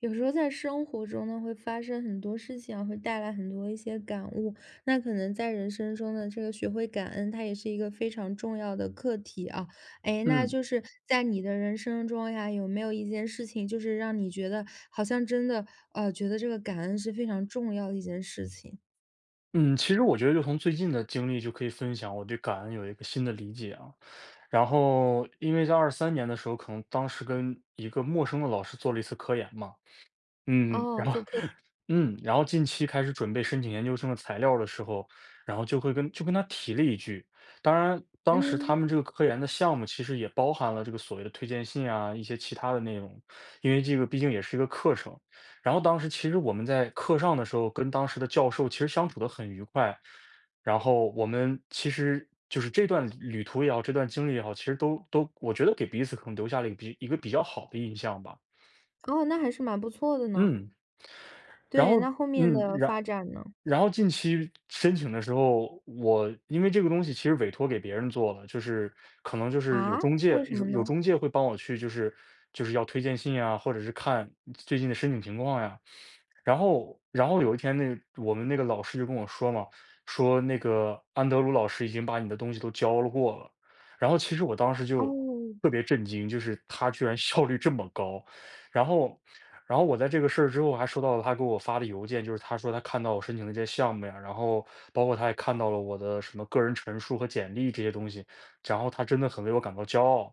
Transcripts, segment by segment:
有时候在生活中呢，会发生很多事情啊，会带来很多一些感悟。那可能在人生中的这个学会感恩，它也是一个非常重要的课题啊。哎，那嗯就是在你的人生中呀，有没有一件事情，就是让你觉得好像真的，觉得这个感恩是非常重要的一件事情？嗯，其实我觉得就从最近的经历就可以分享，我对感恩有一个新的理解啊。然后，因为在23年的时候，可能当时跟一个陌生的老师做了一次科研嘛，嗯，哦，然后做科，然后近期开始准备申请研究生的材料的时候，然后就会跟他提了一句。当然，当时他嗯，们这个科研的项目其实也包含了这个所谓的推荐信啊，一些其他的内容，因为这个毕竟也是一个课程。然后当时其实我们在课上的时候，跟当时的教授其实相处得很愉快，然后我们其实就是这段旅途也好，这段经历也好，其实都我觉得给彼此可能留下了一个比较好的印象吧。哦，那还是蛮不错的呢。嗯，然对，后那后面嗯，的然发展呢？然后近期申请的时候，我因为这个东西其实委托给别人做了，就是可能就是有啊，中介，为什么有有呢？中介会帮我去，就是要推荐信呀，或者是看最近的申请情况呀。然后有一天那我们那个老师就跟我说嘛，说那个安德鲁老师已经把你的东西都教了过了。然后其实我当时就哦，特别震惊，就是他居然 效率这么高。然后，然后我在这个事儿之后还收到了他给我发的邮件，就是他说他看到我申请的这些项目呀，然后包括他也看到了我的什么个人陈述和简历这些东西，然后他真的很为我感到骄傲，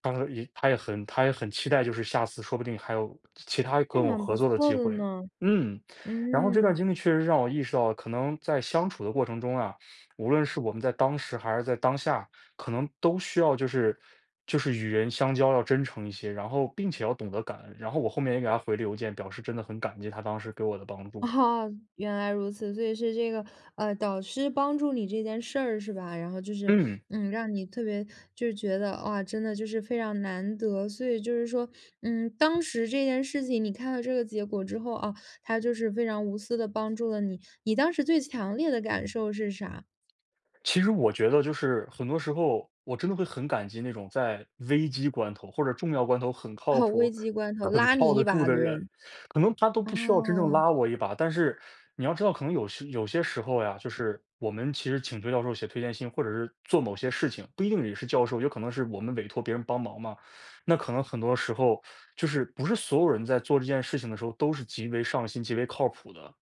当时也他也很他也很期待，就是下次说不定还有其他那跟我蛮合不作的错机的会。呢。嗯，然后这段嗯。经历确实让我意识到，可能在相处的过程中啊，无论是我们在当时还是在当下，可能都需要就是与人相交要真诚一些，然后并且要懂得感恩。然后我后面也给他回了邮件，表示真的很感激他当时给我的帮助。哦，原来如此，所以是这个，导师帮助你这件事儿是吧？然后就是，嗯。嗯，让你特别就是觉得哇，真的就是非常难得，所以就是说，嗯，当时这件事情你看到这个结果之后啊，他就是非常无私的帮助了你，你当时最强烈的感受是啥？其实我觉得就是很多时候，我真的会很感激那种在危机关头或者重要关头很 靠哦，危谱、机关头很拉靠你得一住把的的人。人，可能他都不需要真正啊。拉我一把，但是你要知道，可能有些时候呀，就是我们其实请崔教授写推荐信，或者是做某些事情，不一定也是教授，有可能是我们委托别人帮忙嘛。那可能很多时候，就是不是所有人在做这件事情的时候都是极为上心、极为靠谱的。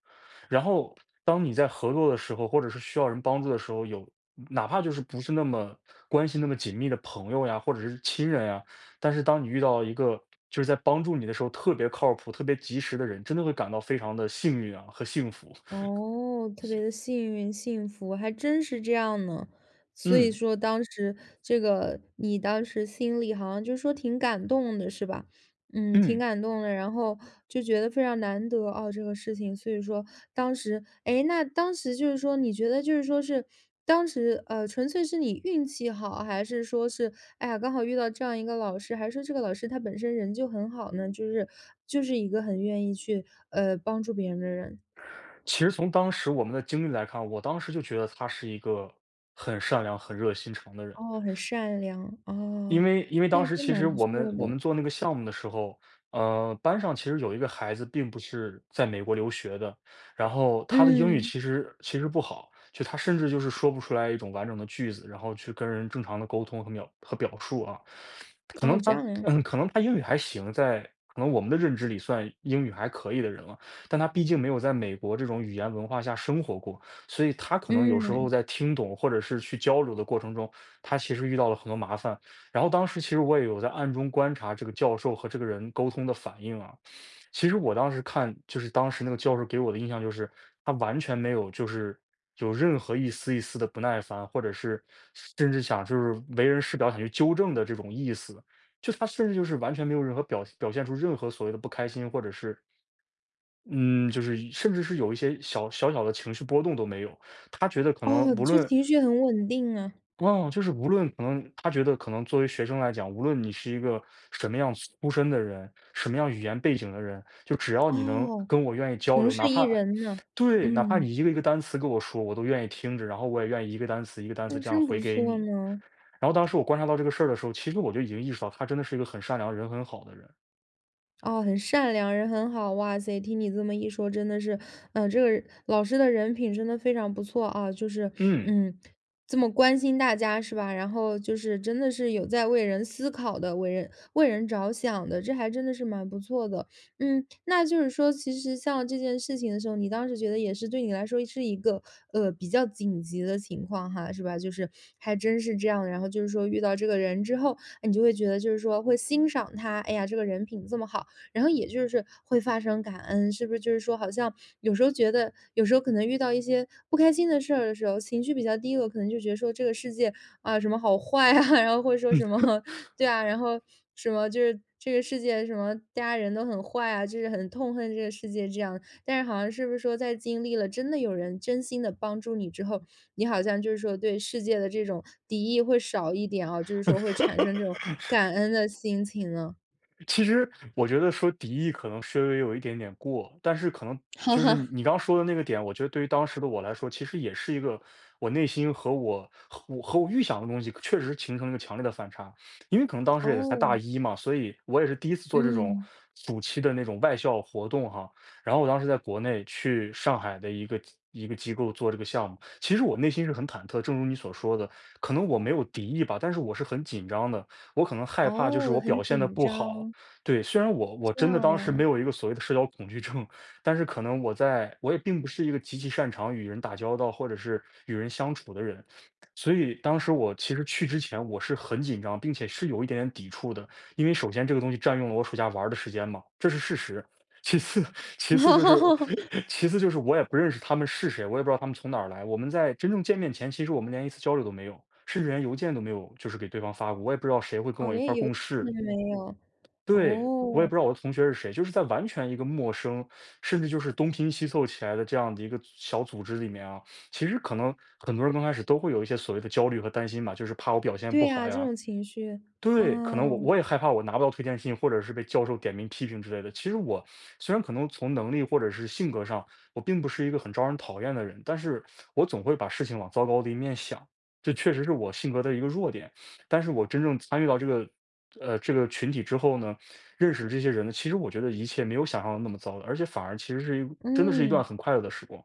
然后当你在合作的时候，或者是需要人帮助的时候，哪怕就是不是那么关系那么紧密的朋友呀，或者是亲人呀，但是当你遇到一个就是在帮助你的时候特别靠谱、特别及时的人，真的会感到非常的幸运啊和幸福。哦，特别的幸运、幸福，还真是这样呢。所以嗯说当时这个你当时心里好像就说挺感动的是吧？嗯，挺嗯，感动的，然后就觉得非常难得哦，这个事情。所以说当时哎，那当时就是说你觉得就是说是当时，纯粹是你运气好，还是说是，哎呀，刚好遇到这样一个老师，还是说这个老师他本身人就很好呢？就是一个很愿意去，帮助别人的人。其实从当时我们的经历来看，我当时就觉得他是一个很善良、很热心肠的人。哦，很善良，因哦，为因为那当还时真其实蛮不我们错我的。们做那个项目的时候，班上其实有一个孩子并不是在美国留学的，然后他的英语嗯，其实不好，就他甚至就是说不出来一种完整的句子，然后去跟人正常的沟通和表述啊。哦，这样呀，可能他英语还行，可能我们的认知里算英语还可以的人了，但他毕竟没有在美国这种语言文化下生活过，所以他可能有时候嗯，在听懂或者是去交流的过程中，他其实遇到了很多麻烦。然后当时其实我也有在暗中观察这个教授和这个人沟通的反应啊。其实我当时看，就是当时那个教授给我的印象就是，他完全没有就是有任何一丝一丝的不耐烦，或者是甚至想就是为人师表想去纠正的这种意思。就他甚至就是完全没有任何表现出任何所谓的不开心，或者是嗯，就是甚至是有一些小的情绪波动都没有。他觉得可能哦，无就论情绪很稳定啊，哦，就是无论可能他觉得可能作为学生来讲，无论你是一个什么样出身的人，什么样语言背景的人，就只要你能哦，跟我愿意交同流，哪是一怕，人呢，对，哪怕嗯，你一个一个单词跟我说，我都愿意听着，然后我也愿意一个单词一个单词那这样真回不给错你。呢。然后当时我观察到这个事儿的时候，其实我就已经意识到他真的是一个很善良、人很好的人。哦，很善良，人很好，哇塞！听你这么一说，真的是，嗯、这个老师的人品真的非常不错啊，就是，嗯。嗯，这么关心大家是吧？然后就是真的是有在为人思考的，为人着想的，这还真的是蛮不错的。嗯，那就是说，其实像这件事情的时候，你当时觉得也是对你来说是一个比较紧急的情况哈，是吧？就是还真是这样。然后就是说遇到这个人之后，你就会觉得就是说会欣赏他，哎呀，这个人品这么好。然后也就是会发生感恩，是不是就是说好像有时候觉得有时候可能遇到一些不开心的事儿的时候，情绪比较低落，可能就觉得说这个世界啊，什么好坏啊，然后会说什么 对啊，然后什么就是这个世界什么大家人都很坏啊，就是很痛恨这个世界这样。但是好像是不是说在经历了真的有人真心的帮助你之后，你好像就是说对世界的这种敌意会少一点啊，就是说会产生这种感恩的心情呢？其实我觉得说敌意可能稍微有一点点过，但是可能 哈就是哈。你刚刚说的那个点，我觉得对于当时的我来说，其实也是一个我内心和我预想的东西确实形成了一个强烈的反差。因为可能当时也才大哦。一嘛，所以我也是第一次做这种嗯，暑期的那种外校活动哈。然后我当时在国内去上海的一个机构做这个项目，其实我内心是很忐忑，正如你所说的，可能我没有敌意吧，但是我是很紧张的，我可能害怕就是我哦，很表现的紧不好，张，对，虽然我这真的样当时没呀。有一个所谓的社交恐惧症，但是可能我也并不是一个极其擅长与人打交道或者是与人相处的人，所以当时我其实去之前我是很紧张，并且是有一点点抵触的，因为首先这个东西占用了我暑假玩儿的时间嘛，这是事实。其次，其次就是，其次就是我也不认识他们是谁，我也不知道他们从哪儿来。我们在真正见面前，其实我们连一次交流都没有，甚至连邮件都没有，就是给对方发过。我也不知道谁会跟哦，我一连块儿油共都事，没有，对，我也哦，不知道我的同学是谁，就是在完全一个陌生，甚至就是东拼西凑起来的这样的一个小组织里面啊，其实可能很多人刚开始都会有一些所谓的焦虑和担心嘛，就是怕我表现不对好呀，这呀，种情绪，对，可能我啊，我也害怕我拿不到推荐信，或者是被教授点名批评之类的。其实我虽然可能从能力或者是性格上，我并不是一个很招人讨厌的人，但是我总会把事情往糟糕的一面想，这确实是我性格的一个弱点。但是我真正参与到这个群体之后呢，认识这些人呢，其实我觉得一切没有想象的那么糟的，而且反而其实真的是一段嗯。很快乐的时光。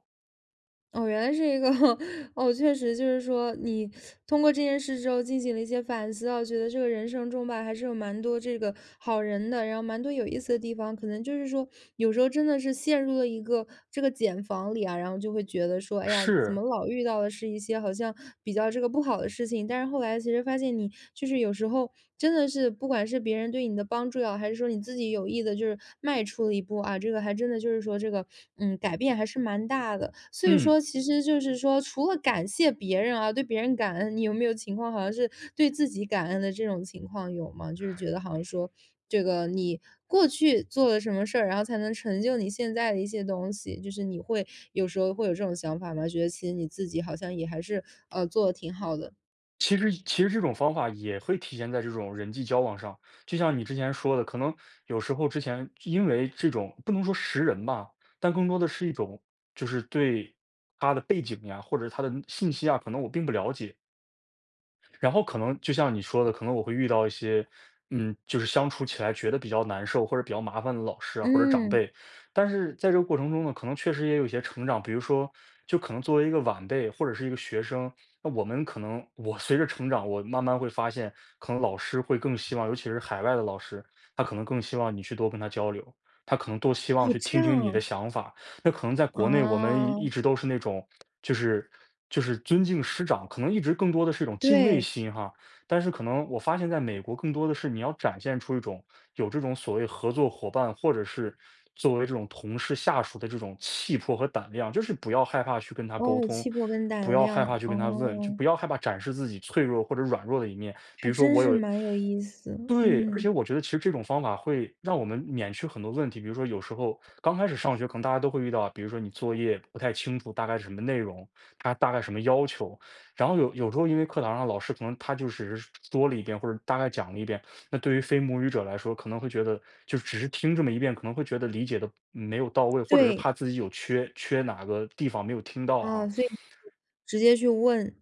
哦，原来是一个 哦，确实就是说，你通过这件事之后进行了一些反思啊，觉得这个人生中吧，还是有蛮多这个好人的，然后蛮多有意思的地方。可能就是说，有时候真的是陷入了一个这个茧房里啊，然后就会觉得说，哎呀，怎是，么老遇到的是一些好像比较这个不好的事情？但是后来其实发现你就是有时候真的是，不管是别人对你的帮助也好，还是说你自己有意的，就是迈出了一步啊，这个还真的就是说这个，嗯，改变还是蛮大的。所以嗯。说其实就是说，除了感谢别人啊，对别人感恩，你有没有情况好像是对自己感恩的这种情况有吗？就是觉得好像说这个你过去做了什么事儿，然后才能成就你现在的一些东西，就是你会有时候会有这种想法吗？觉得其实你自己好像也还是，做的挺好的。其实这种方法也会体现在这种人际交往上，就像你之前说的，可能有时候之前因为这种不能说识人吧，但更多的是一种就是对他的背景呀，或者他的信息啊，可能我并不了解，然后可能就像你说的，可能我会遇到一些，就是相处起来觉得比较难受或者比较麻烦的老师啊或者长嗯，辈，但是在这个过程中呢，可能确实也有一些成长，比如说，就可能作为一个晚辈或者是一个学生，那我们可能我随着成长，我慢慢会发现，可能老师会更希望，尤其是海外的老师，他可能更希望你去多跟他交流，他可能多希望哦，去这听样听你的想法，那可能在啊，国内我们一一啊，直都是那种，就是就是尊敬师长，可能一直更多的是一种敬畏对，心哈。但是可能我发现在美国更多的是你要展现出一种有这种所谓合作伙伴，或者是作为这种同事下属的这种气魄和胆量，就是不要害怕去跟他沟哦，通。气魄跟不胆要害量，怕去跟他问，就哦。不要害怕展示自己脆弱或者软弱的一面。比还如说，真我是有。蛮有意思，对，而嗯，且我觉得其实这种方法会让我们免去很多问题，比如说有时候刚开始上学，可能大家都会遇到，比如说你作业不太清楚大概是什么内容，它大概什么要求，然后有时候因为课堂上老师可能他就只是说了一遍或者大概讲了一遍，那对于非母语者来说，可能会觉得就只是听这么一遍，可能会觉得理解的没有到位，或者是对，怕自己有缺哪个地方没有听到哈。啊，所以直接去问，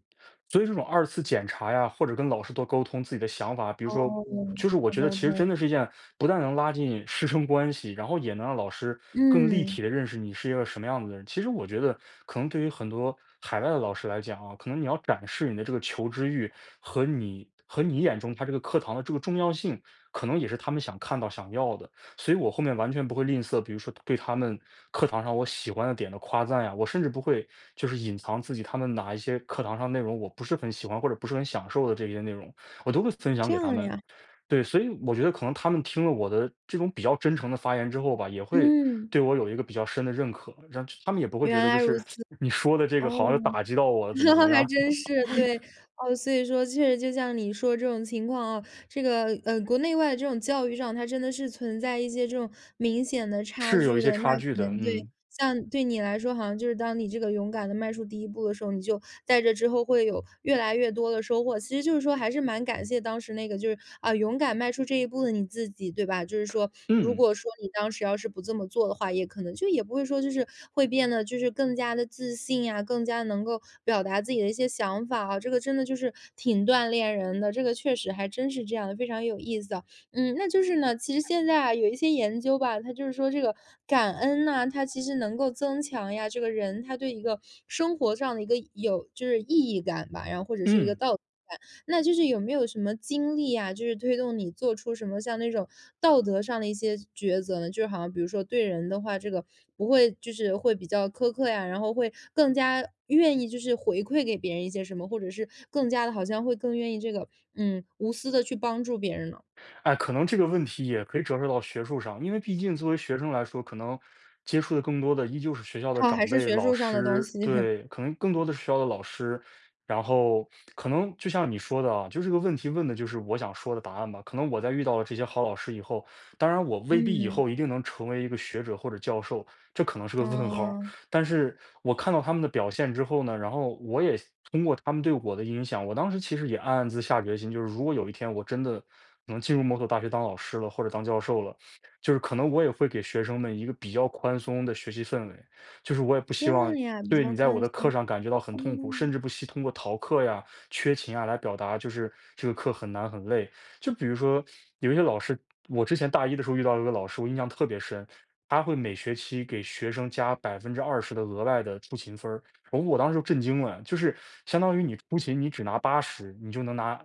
所以这种二次检查呀，或者跟老师多沟通自己的想法，比如说，哦，就是我多觉得沟其实通，真的是一件不但能拉近师生关系，然后也能让老师更立嗯，体的认识你是一个什么样子的人。其实我觉得，可能对于很多海外的老师来讲啊，可能你要展示你的这个求知欲和你眼中他这个课堂的这个重要性，可能也是他们想看到、想要的。所以我后面完全不会吝啬，比如说对他们课堂上我喜欢的点的夸赞呀，我甚至不会就是隐藏自己他们哪一些课堂上内容我不是很喜欢或者不是很享受的这些内容，我都会分享这给他样们。呀，对，所以我觉得可能他们听了我的这种比较真诚的发言之后吧，也会嗯，对我有一个比较深的认可，让他们也不会原觉得就来如是 此，你说的这个好哦，像打击到我了，怎么怎么 还样，真是，对，哦，所以说确实就像你说这种情况啊，这个，国内外这种教育上，它真的是存在一些这种明显的 差是有一距些的，那差可距的。能对嗯像对你来说，好像就是当你这个勇敢的迈出第一步的时候，你就在这之后会有越来越多的收获。其实就是说还是蛮感谢当时那个就是，啊，勇敢迈出这一步的你自己，对吧？就是说如嗯果说你当时要是不这么做的话，也可能就也不会说就是会变得就是更加的自信呀，更加能够表达自己的一些想法啊，这个真的就是挺锻炼人的，这个确实还真是这样的，非常有意思啊。嗯，那就是呢，其实现在啊，有一些研究吧，它就是说这个感恩呐，它其实能够增强呀，这个人他对一个生活上的一个有就是意义感吧，然后或者是一个嗯。道德感。那就是有没有什么经历啊，就是推动你做出什么像那种道德上的一些抉择呢？就是好像比如说对人的话，这个不会就是会比较苛刻呀，然后会更加愿意就是回馈给别人一些什么，或者是更加的好像会更愿意这个无私的去帮助别人呢？哎，可能这个问题也可以折射到学术上，因为毕竟作为学生来说，可能接触的更多的依旧是学校的哦，长还是辈、学老术上的东师，西。对，可能更多的是学校的老师。然后可能就像你说的啊，就这个问题问的就是我想说的答案吧。可能我在遇到了这些好老师以后，当然我未必以嗯，后一定能成为一个学者或者教授，这可能是个问号。哦，但是我看到他们的表现之后呢，然后我也通过他们对我的影响，我当时其实也暗暗自下决心，就是如果有一天我真的能进入某所大学当老师了，或者当教授了，就是可能我也会给学生们一个比较宽松的学习氛围，就是我也不这希望样呀，比对较你在我宽的松。课上感觉到很痛苦，甚哦。至不惜通过逃课呀、缺勤啊来表达，就是这个课很难很累。就比如说有一些老师，我之前大一的时候遇到一个老师，我印象特别深，他会每学期给学生加20%的额外的出勤分儿，我当时就震惊了，就是相当于你出勤你只拿80，你就能拿，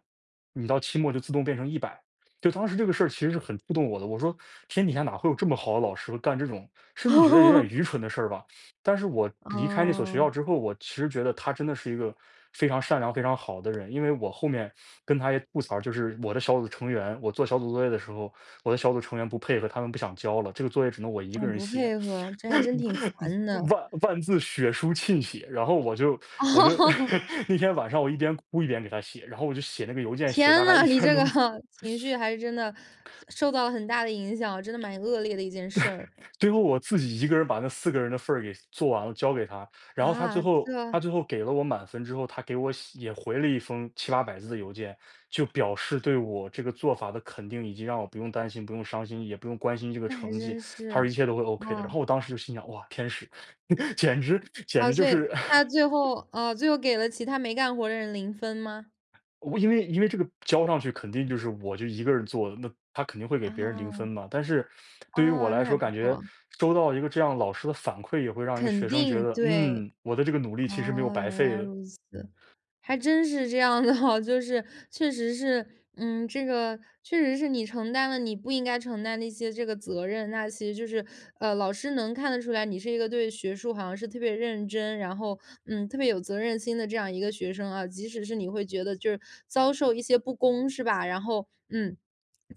你到期末就自动变成100。就当时这个事儿其实是很触动我的，我说天底下哪会有这么好的老师会干这种，甚至觉得有点愚 蠢的事儿吧。但是我离开那所学哦，校之后，我其实觉得他真的是一个非常善良、非常好的人。因为我后面跟他也吐槽，就是我的小组成员，我做小组作业的时候，我的小组成员不配合，他们不想交了，这个作业只能我一个嗯，人不写，配合，这还真挺烦 的。万万字血书沁写。然后我就 我就 哦 那天晚上我一边哭一边给他写，然后我就写那个邮件，写大天概一呐，你千这多个 字，情绪还是真的受到了很大的影响，真的蛮恶劣的一件事儿。最后我自己一个人把那四个人的份儿给做完了，交给他，然后他最啊，后这他最后给了我满分之后，他给我写也回了一封七八百字的邮件，就表示对我这个做法的肯定，以及让我不用担心、不用伤心，也不用关心这个那还成绩，真他说一是。切都会 OK 的。然啊后我当时就心想：“哇，天使，简直简啊，直就所以是 他最后啊，最后给了其他没干活的人零分吗？我因为这个交上去肯定就是我就一个人做的，那他肯定会给别人0分啊，嘛。但是对于我啊，来那还说，不感觉错，收到一个这样老师的反馈，也会让一个学肯生觉定，得，对。嗯，我的这个努力其实没有哦，白原费来的。如此，还真是这样的哦，就是确实是，嗯，这个确实是你承担了你不应该承担的一些这个责任，那其实就是，老师能看得出来你是一个对学术好像是特别认真，然后嗯，特别有责任心的这样一个学生啊，即使是你会觉得就是遭受一些不公是吧？然后嗯。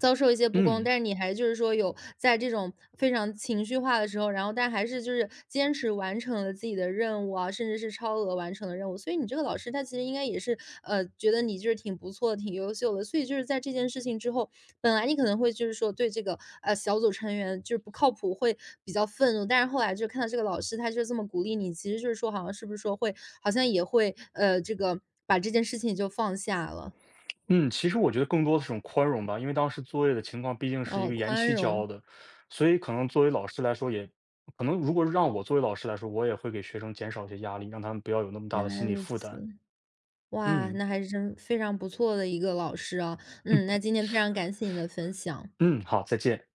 遭受一些不公，嗯但是你还就是说有在这种非常情绪化的时候，然后但还是就是坚持完成了自己的任务啊，甚至是超额完成了任务。所以你这个老师他其实应该也是觉得你就是挺不错、挺优秀的。所以就是在这件事情之后，本来你可能会就是说对这个小组成员就是不靠谱会比较愤怒，但是后来就看到这个老师他就这么鼓励你，其实就是说好像是不是说会好像也会这个把这件事情就放下了，嗯。其实我觉得更多的是种宽容吧，因为当时作业的情况毕竟是一哦，个延宽期交容，的，所以可能作为老师来说也，可能如果让我作为老师来说，我也会给学生减少一些压力，让他们不要有那么大原的来心理如负担。此。哇，嗯那还是真非常不错的一个老师啊。嗯，那今天非常感谢你的分享。嗯，好，再见。